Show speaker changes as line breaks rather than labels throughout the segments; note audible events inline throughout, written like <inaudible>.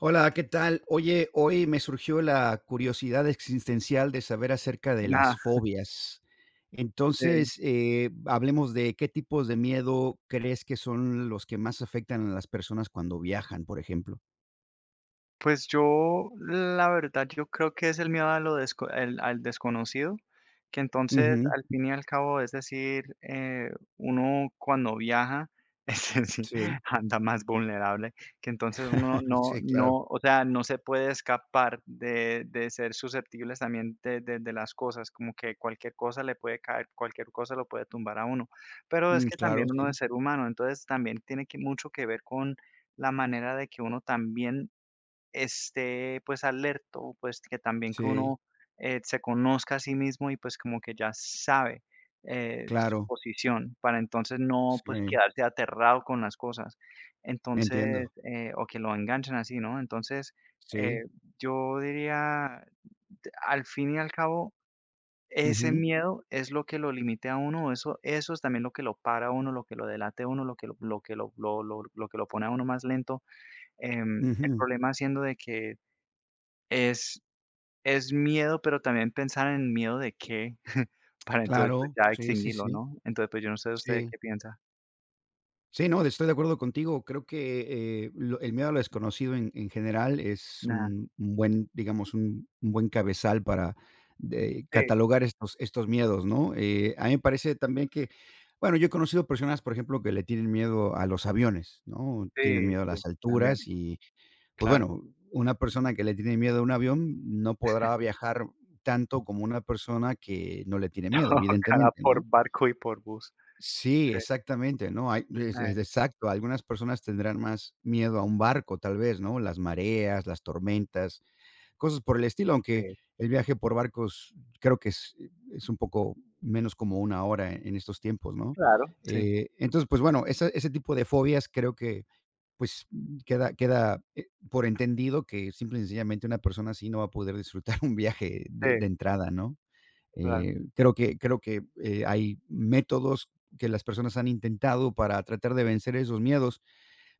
Hola, ¿qué tal? Oye, hoy me surgió la curiosidad existencial de saber acerca de las
Ajá,
fobias.
sí.
Entonces, hablemos de qué tipos de miedo crees que son los que más afectan a las personas cuando viajan, por ejemplo.
Pues yo, la verdad, yo creo que es el miedo a lo al desconocido, que entonces
Ujú,
al fin y al cabo, es decir, uno cuando viaja, <laughs> es decir,
sí,
anda más vulnerable, que entonces uno
<laughs>
no,
sí, claro.
no, o sea, no se puede escapar de ser susceptibles también de las cosas, como que cualquier cosa le puede caer, cualquier cosa lo puede tumbar a uno, pero es
Mm,
que
claro,
también uno es
sí,
ser humano, entonces también tiene que mucho que ver con la manera de que uno también esté, pues, alerto pues, que también que
sí,
uno, se conozca a sí mismo y, pues, como que ya sabe, su
claro,
posición para entonces no, pues,
sí,
quedarse aterrado con las cosas. Entonces,
entiendo,
o que lo enganchan así, ¿no? Entonces, eh,
sí.
yo diría, t al fin y al cabo, ese
Ujú,
miedo es lo que lo limite a uno, eso es también lo que lo para a uno, lo que lo delate a uno, lo que lo que lo que lo pone a uno más lento. El
ujú,
problema siendo de que es es miedo, pero también pensar en miedo de qué, <laughs> para entonces, pues,
claro,
ya
sí, sí,
extinguirlo,
sí,
¿no? Entonces, pues, yo no sé usted
sí.
qué piensa.
Sí, no, estoy de acuerdo contigo. Creo que, lo el miedo a lo desconocido en general es
Nada.
un buen, digamos, un buen cabezal para de
Sí,
catalogar estos miedos, ¿no? A mí me parece también que, bueno, yo he conocido personas, por ejemplo, que le tienen miedo a los aviones, ¿no? Tienen
sí,
miedo a
sí,
las
también,
alturas y, pues,
claro.
bueno, una persona que le tiene miedo a un avión no podrá viajar tanto como una persona que no le tiene miedo,
<laughs> Cada
evidentemente,
por
¿no?
barco y por bus.
Sí,
Sí,
exactamente, ¿no? Hay
eh,
es exacto, algunas personas tendrán más miedo a un barco, tal vez, ¿no? Las mareas, las tormentas, cosas por el estilo, aunque
sí,
el viaje por barcos creo que es un poco menos como una hora en estos tiempos, ¿no?
claro, sí,
Entonces, pues bueno, esa ese tipo de fobias creo que, pues, queda, por entendido que simple y sencillamente una persona así no va a poder disfrutar <laughs> un viaje de
sí,
entrada, ¿no?
claro,
Creo que, hay métodos que las personas han intentado para tratar de vencer esos miedos,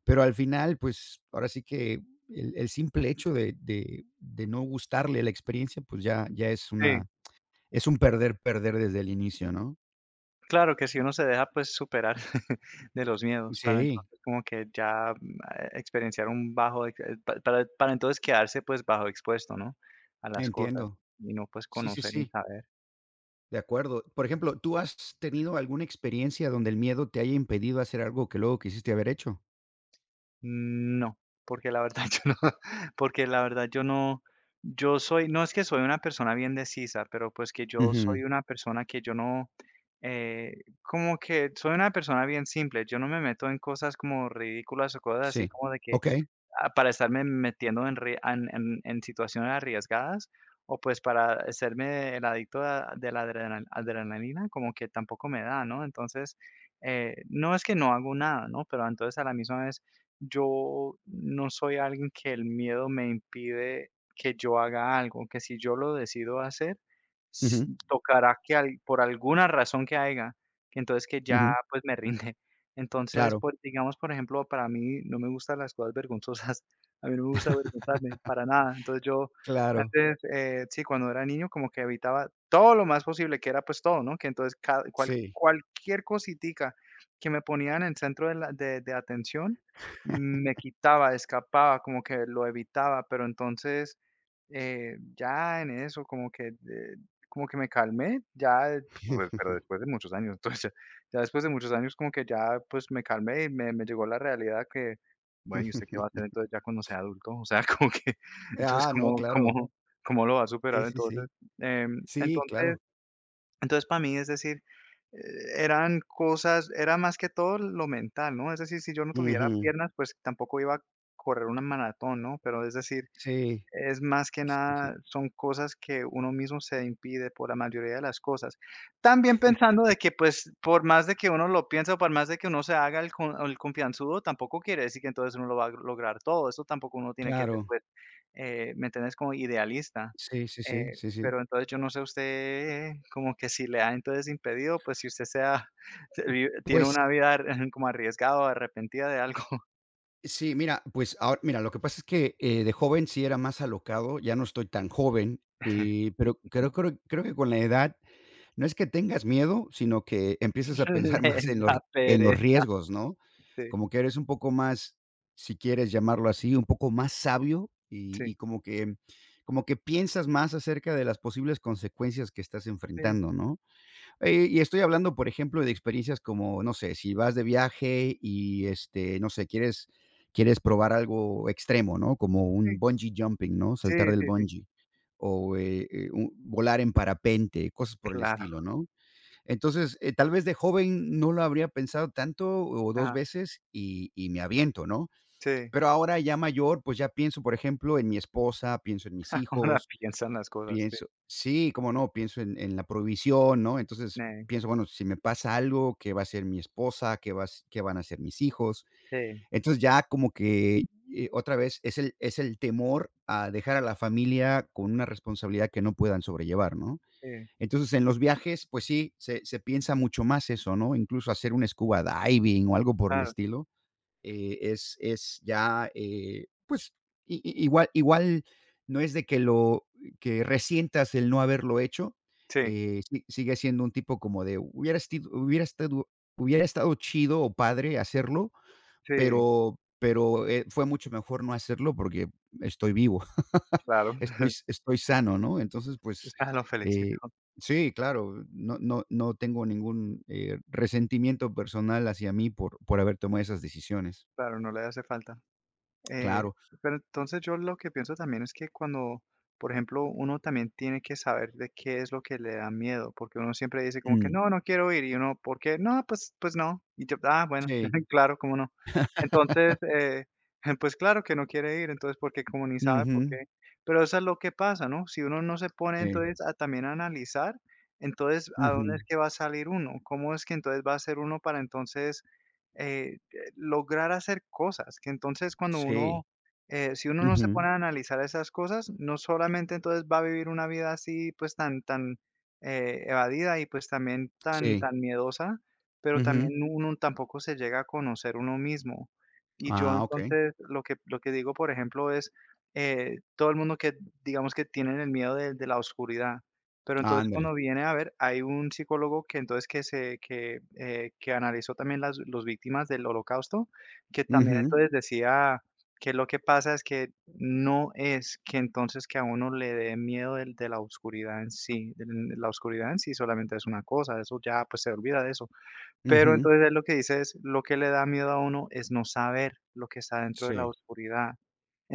pero al final, pues, ahora sí que el simple hecho de no gustarle la experiencia, pues, ya es
sí,
una es un perder, perder desde el inicio, ¿no?
claro que si uno se deja, pues, superar <laughs> de los miedos, para
Sí,
entonces como que ya, experienciar un bajo ex pa para entonces quedarse, pues, bajo expuesto, ¿no? A las cosas
entiendo.
y no, pues,
Sí, sí,
conocer ni
sí,
saber.
de acuerdo. Por ejemplo, ¿tú has tenido alguna experiencia donde el miedo te haya impedido hacer algo que luego quisiste haber hecho?
No, porque la verdad <laughs> yo no, porque la verdad yo no, yo soy, no es que soy una persona bien decisa, pero pues que yo
Ujú,
soy una persona que yo no, eh, como que soy una persona bien simple, yo no me meto en cosas como ridículas o cosas así
sí.
como de que,
Okey.
Ah, para estarme metiendo en rie en situaciones arriesgadas, o, pues, para hacerme el adicto a de la adrenalina, como que tampoco me da, ¿no? Entonces, no es que no hago nada, ¿no? Pero entonces, a la misma vez, yo no soy alguien que el miedo me impide que yo haga algo, que si yo lo decido hacer, s
Ujú,
tocará que al por alguna razón que haya, que entonces que ya,
ujú.
pues, me <laughs> rinde. Entonces,
Claro,
por digamos, por ejemplo, para mí no me gustan las cosas vergonzosas. <laughs> A mí no me gusta avergonzarme para nada. Entonces yo
claro.
antes, sí, cuando era niño como que evitaba todo lo más posible, que era pues todo, ¿no? Que entonces
Sí.
cualquier cositica que me ponía en el centro de atención, me quitaba, escapaba, como que lo evitaba, pero entonces ya en eso como que me calmé, ya, pues, pero después de muchos años, <laughs> entonces ya después de muchos años como que ya, pues, me calmé y me llegó la realidad que, bueno, ¿y usted qué va a
<laughs>
hacer entonces ya cuando sea adulto? O sea, <laughs> como que, entonces,
Ah, no, claro.
cómo lo va a
Sí,
superar
sí,
entonces?
sí.
Em,
Sí,
entonces
claro.
entonces, para mí, es decir, eh, eran cosas era más que todo lo mental, ¿no? Es decir, si yo no tuviera
Ujú.
piernas, pues, tampoco iba a correr una maratón, ¿no? Pero es decir,
Sí,
es más que
sí, sí.
nada, son cosas que uno mismo se impide por la mayoría de las cosas. También pensando de que, pues, por más de que uno lo piense, o por más de que uno se haga el con el confianzudo, tampoco quiere decir que entonces uno lo va a lograr todo. Eso tampoco uno tiene que ser,
Claro.
pues, ¿me entiendes? Como idealista.
Sí, sí, sí, sí, sí.
Pero entonces yo no sé usted como que si le ha entonces impedido, pues, si usted sea se vive tiene
Pues
una vida <laughs> ar como arriesgada o arrepentida de algo.
sí, mira, pues ahora mira, lo que pasa es que, de joven sí era más alocado, ya no estoy tan joven,
<laughs>
pero creo que con la edad no es que tengas miedo, sino que empiezas a pensar <laughs>
Le
más
da
en los
pereza.
riesgos, ¿no?
Sí,
Como que eres un poco más, si quieres llamarlo así, un poco más sabio y
sí,
como que piensas más acerca de las posibles consecuencias que estás enfrentando, ¿no? Y estoy hablando, por ejemplo, de experiencias como, no sé, si vas de viaje y, este, no sé, quieres probar algo extremo, ¿no? Como un
sí.
bungee jumping, ¿no?
Sí,
Saltar del
sí, sí,
bungee o, u volar en parapente, cosas por el
claro,
estilo, ¿no? Entonces, tal vez de joven no lo habría pensado tanto o dos
ajá,
veces y me aviento, ¿no?
sí,
Pero ahora ya mayor, pues ya pienso, por ejemplo, en mi esposa, pienso en mis
<laughs> ahora
hijos,
piensan las cosas, sí,
pienso sí, cómo no, pienso en la provisión, ¿no? Entonces,
ne
pienso, bueno, si me pasa algo, ¿qué va a ser mi esposa? ¿Qué va a hac qué van a hacer mis hijos?
sí,
Entonces, ya como que, otra vez es el temor a dejar a la familia con una responsabilidad que no puedan sobrellevar, ¿no?
sí,
Entonces, en los viajes, pues sí, se piensa mucho más eso, ¿no? Incluso hacer un scuba diving o algo por el
claro,
estilo, es ya, pues, igual, igual no es de que lo que resientas el no haberlo hecho,
sí,
sigue siendo un tipo como de hubiera estado, hubiera estado chido o padre hacerlo,
sí,
pero, pero fue mucho mejor no hacerlo porque estoy vivo, <laughs>
claro,
estoy,
<laughs>
estoy sano, ¿no? Entonces,
o
pues,
sea, lo felicito,
eh, sí, claro, no, no, no tengo ningún resentimiento personal hacia mí por haber tomado esas decisiones.
claro, no le hace falta. Eh,
Claro.
pero entonces yo lo que pienso también es que cuando, por ejemplo, uno también tiene que saber de qué es lo que le da miedo, porque uno siempre dice como que
Mm.
no, no quiero ir, y uno, ¿por qué? No, pues, pues no. Y yo, ah, bueno,
Sí.
<laughs> claro, cómo no. Entonces, <laughs> pues claro que no quiere ir, entonces, porque como ni sabe por qué.
Ujú.
Pero eso es lo que pasa, ¿no? Si uno no se pone
Sí.
entonces a también analizar, entonces, ¿a dónde es
Ujú.
que va a salir uno? ¿Cómo es que entonces va a ser uno para entonces... eh, lograr hacer cosas, que entonces cuando
Sí.
uno, si uno no se
Ujú.
pone a analizar esas cosas, no solamente entonces va a vivir una vida así, pues tan evadida y pues también
Sí.
tan miedosa, pero también
Ujú.
no, uno tampoco se llega a conocer uno mismo. Y yo
Ah, okey.
entonces lo que digo, por ejemplo, es todo el mundo que digamos que tienen el miedo de la oscuridad pero entonces
Ándale.
cuando viene a ver, hay un psicólogo que entonces que analizó también las los víctimas del Holocausto, que también
Ujú.
entonces decía que lo que pasa es que no es que entonces que a uno le dé miedo del de la oscuridad en sí, del la oscuridad en sí solamente es una cosa, eso ya, pues, se olvida de eso. Pero
Ujú.
entonces él lo que dice es, lo que le da miedo a uno es no saber lo que está dentro de la
Sí.
oscuridad.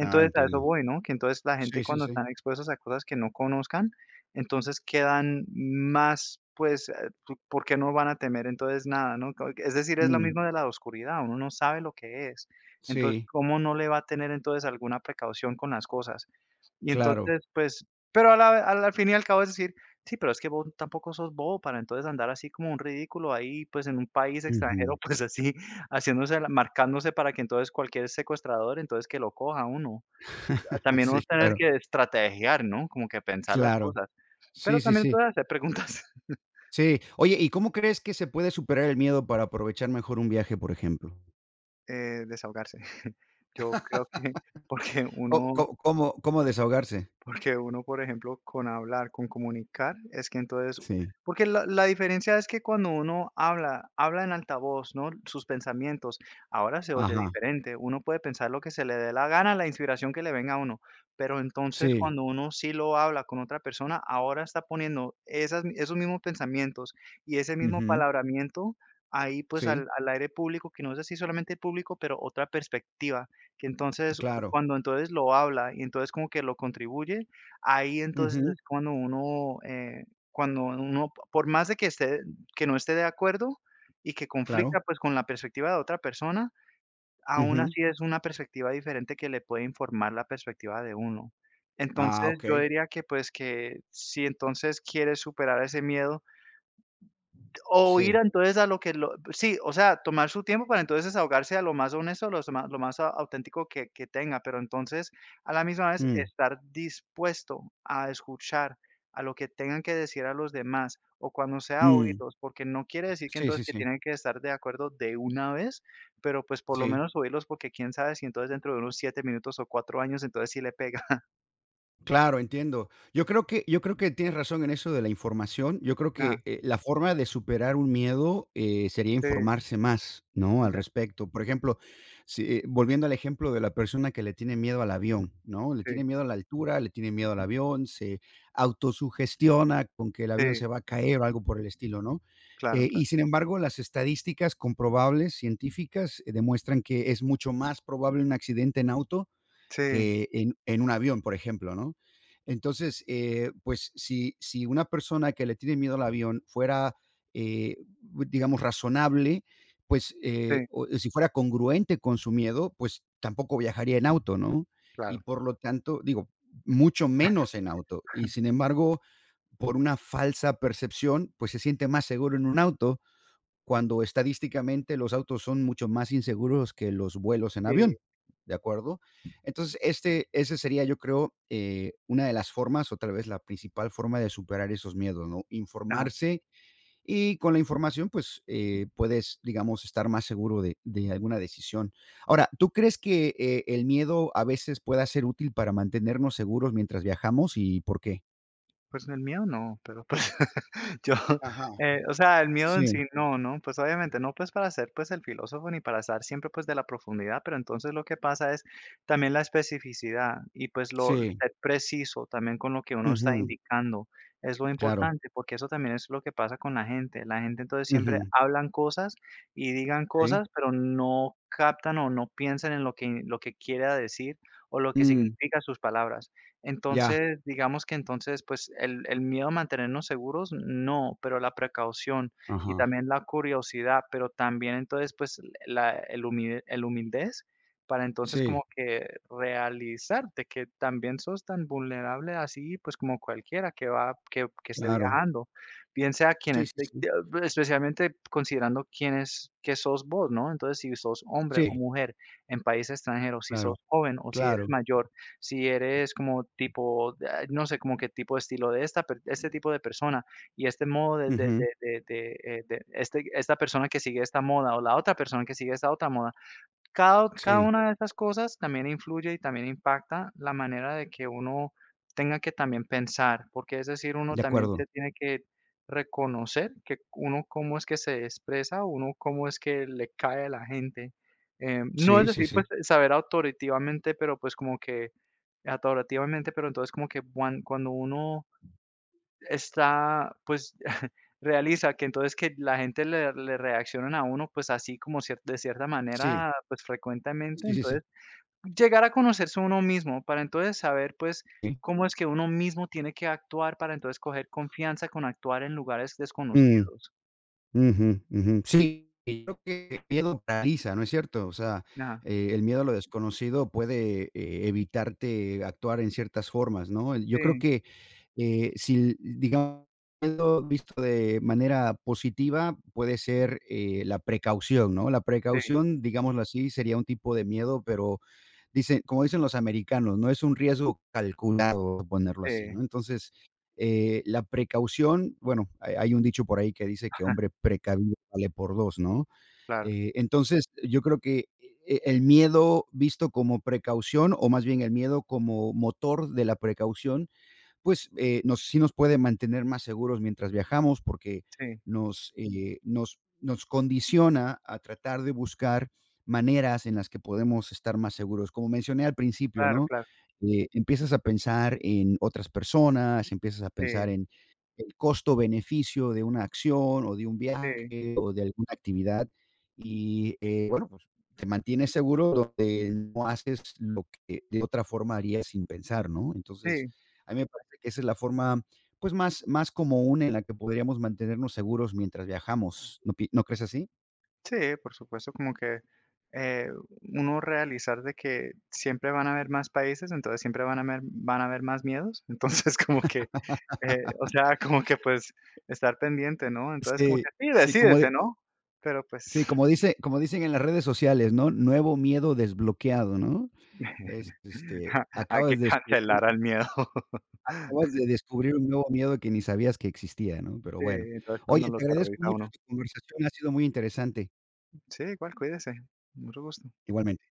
Ah,
a eso
entiendo.
voy, ¿no? Que entonces la gente
Sí, sí,
cuando
sí.
están expuestos a cosas que no conozcan, entonces quedan más, pues, p ¿por qué no van a temer entonces nada, no? Co Es decir, es lo
Mm.
mismo de la oscuridad, uno no sabe lo que es. Entonces,
Sí,
¿cómo no le va a tener entonces alguna precaución con las cosas? Y
claro.
entonces, pues, pero a la al fin y al cabo es decir, sí, pero es que vos tampoco sos bobo para entonces andar así como un ridículo ahí, pues, en un país
Ujú.
extranjero, <laughs> pues, así haciéndose la marcándose para que entonces cualquier secuestrador, entonces que lo coja uno.
<laughs>
También
Sí,
uno tiene
claro,
que estrategiar, ¿no? Como que pensar las
claro.
cosas, pero
Sí, sí,
también
sí.
puede hacer preguntas, <laughs>
Sí. Oye, ¿y cómo crees que se puede superar el miedo para aprovechar mejor un viaje, por ejemplo?
desahogarse. <laughs> Yo creo que porque
¿Co co
uno
cómo cómo desahogarse?
porque uno, por ejemplo, con hablar, con comunicar, es que entonces,
Sí.
porque la diferencia es que cuando uno habla, habla en altavoz, ¿no? Sus pensamientos, ahora se oye
Ajá.
diferente. Uno puede pensar lo que se le dé la gana, la inspiración que le venga a uno. Pero entonces
Sí.
cuando uno sí lo habla con otra persona, ahora está poniendo esos mismos pensamientos y ese mismo
Ujú.
palabramiento ahí pues
Sí,
al aire público, que no es así solamente el público, pero otra perspectiva. Que entonces,
claro.
cuando entonces lo habla y entonces como que lo contribuye, ahí entonces
Ujú.
es cuando uno, por más de que esté que no esté de acuerdo y que
Claro.
conflicta, pues, con la perspectiva de otra persona, aún
Ujú.
así es una perspectiva diferente que le puede informar la perspectiva de uno.
Ah,
Entonces, yo
okey,
diría que, pues, que si entonces quieres superar ese miedo, o ir a
sí.
entonces a lo que lo sí, o sea, tomar su tiempo para entonces ahogarse a lo más honesto, lo más auténtico que tenga, pero entonces, a la misma vez,
Mm,
estar dispuesto a escuchar a lo que tengan que decir a los demás, o cuando sea
mm.
oírlos, porque no quiere decir que
Sí,
entonces
sí,
que
sí,
tienen que estar de acuerdo de una vez, pero, pues, por lo
sí.
menos oírlos, porque quién sabe si entonces dentro de unos 7 minutos o cuatro años, entonces sí le pega. <laughs>
Claro, entiendo. Yo creo que tienes razón en eso de la información. Yo creo
Ah,
que, la forma de superar un miedo, sería
sí,
informarse más, ¿no?, al
ya,
respecto. Por ejemplo, si volviendo al ejemplo de la persona que le tiene miedo al avión, ¿no? Le
sí,
tiene miedo a la altura, le tiene miedo al avión, se autosugestiona con que el avión
sí,
se va a caer o algo por el estilo, ¿no?
claro,
Y
claro.
sin embargo, las estadísticas comprobables científicas demuestran que es mucho más probable un accidente en auto
Sí,
que en un avión, por ejemplo, ¿no? Entonces, pues, si una persona que le tiene miedo al avión fuera, eh, digamos, razonable, pues,
sí,
o si fuera congruente con su miedo, pues, tampoco viajaría en auto, ¿no? Y
claro.
por lo tanto, digo, mucho menos en auto. Y sin embargo, por una falsa percepción, pues, se siente más seguro en un auto cuando estadísticamente los autos son mucho más inseguros que los vuelos en
Sí,
avión, ¿de acuerdo? Entonces, este, ese sería, yo creo, una de las formas o tal vez la principal forma de superar esos miedos, ¿no?
ajá.
Informarse y con la información, pues puedes, digamos, estar más seguro de alguna decisión. Ahora, ¿tú crees que el miedo a veces pueda ser útil para mantenernos seguros mientras viajamos y por qué?
Pues el mío no, pero pues <laughs> yo,
Ajá.
o sea, el mío en
Sí,
sí no, ¿no? Pues obviamente no, pues para ser pues el filósofo ni para estar siempre pues de la profundidad, pero entonces lo que pasa es también la especificidad y pues lo
sí.
ser preciso también con lo que uno está
Ujú,
indicando es lo
claro.
importante, porque eso también es lo que pasa con la gente. La gente entonces siempre
Ujú,
hablan cosas y digan
sí.
cosas, pero no captan o no piensan en lo que quiere decir o lo que
Mm,
significa sus palabras.
ya.
Entonces, digamos que entonces, pues, el miedo a mantenernos seguros, no, pero la precaución y
Ajá.
también la curiosidad, pero también entonces, pues, la el humide el humildez para entonces como
Sí,
que realizarte que también sos tan vulnerable así, pues, como cualquiera que va que esté
claro.
viajando. Bien sea quien
Sí, sí,
esté
sí.
especialmente considerando quién es qué sos vos, ¿no? Entonces, si sos hombre o
Sí,
mujer en país extranjero, si
claro,
sos joven o si eres
claro.
mayor, si eres como tipo, ah, no sé, como qué tipo de estilo de esta per este tipo de persona y este modo de de
Ujú.
de de de, eh, de esta persona que sigue esta moda o la otra persona que sigue esta otra moda. Cada
Sí,
una de esas cosas también influye y también impacta la manera de que uno tenga que también pensar, porque es decir, uno
de
también
acuerdo.
se tiene que reconocer que uno cómo es que se expresa, uno cómo es que le cae a la gente. No es
Sí, sí,
decir,
sí.
pues saber autoritativamente, pero pues como que autoritativamente, pero entonces como que cuando uno está, pues, <laughs> realiza que entonces que la gente le reaccionan a uno, pues, así como cier de cierta
Sí,
manera, pues, frecuentemente,
sí, sí, sí.
entonces, llegar a conocerse uno mismo, para entonces saber, pues,
Sí.
cómo es que uno mismo tiene que actuar para entonces coger confianza con actuar en lugares
Mm.
desconocidos.
Ujú, ujú. Sí, y creo que el miedo paraliza, ¿no es cierto? O sea,
Ajá.
el miedo a lo desconocido puede, evitarte actuar en ciertas formas, ¿no? Yo creo
Sí,
que, si, digamos, miedo visto de manera positiva, puede ser, la precaución, ¿no? La
sí,
precaución, digámoslo así, sería un tipo de miedo, pero dicen como dicen los americanos, ¿no? Es un riesgo calculado, ponerlo
sí,
así, ¿no? Entonces la precaución, bueno, hay un dicho por ahí que dice que hombre precavido vale por dos, ¿no?
claro.
Entonces, yo creo que el miedo visto como precaución, o más bien el miedo como motor de la precaución, pues sí nos puede mantener más seguros mientras viajamos porque
Sí,
nos condiciona a tratar de buscar maneras en las que podemos estar más seguros. Como mencioné al principio,
claro,
¿no?
claro.
Empiezas a pensar en otras personas, empiezas a pensar
Sí,
en el costo-beneficio de una acción o de un
sí,
viaje o de alguna actividad y bueno, pues te mantienes seguro donde no haces lo que de otra forma harías sin pensar, ¿no? Entonces,
sí.
a mí me esa es la forma, pues, más común en la que podríamos mantenernos seguros mientras viajamos, ¿no crees así?
Sí, por supuesto, como que eh, uno realizar de que siempre van a haber más países, entonces siempre van a haber más miedos, <laughs> entonces como que, o sea, como que pues estar pendiente, ¿no? Entonces como
Sí,
que sí,
sí, como di
decídete, ¿no? Pero pues
sí, como dice como dicen en las redes sociales, ¿no? Nuevo miedo desbloqueado, ¿no? Es,
<laughs>
este,
hay que cancelar al miedo. <laughs>
acabas de descubrir un nuevo miedo que ni sabías que existía, ¿no? Pero
Sí,
bueno.
entonces cuando
Oye,
lo
te agradezco
terroriza a
mucho
uno.
tu conversación, ha sido muy interesante.
Sí, igual, cuídese. Mucho gusto.
Igualmente.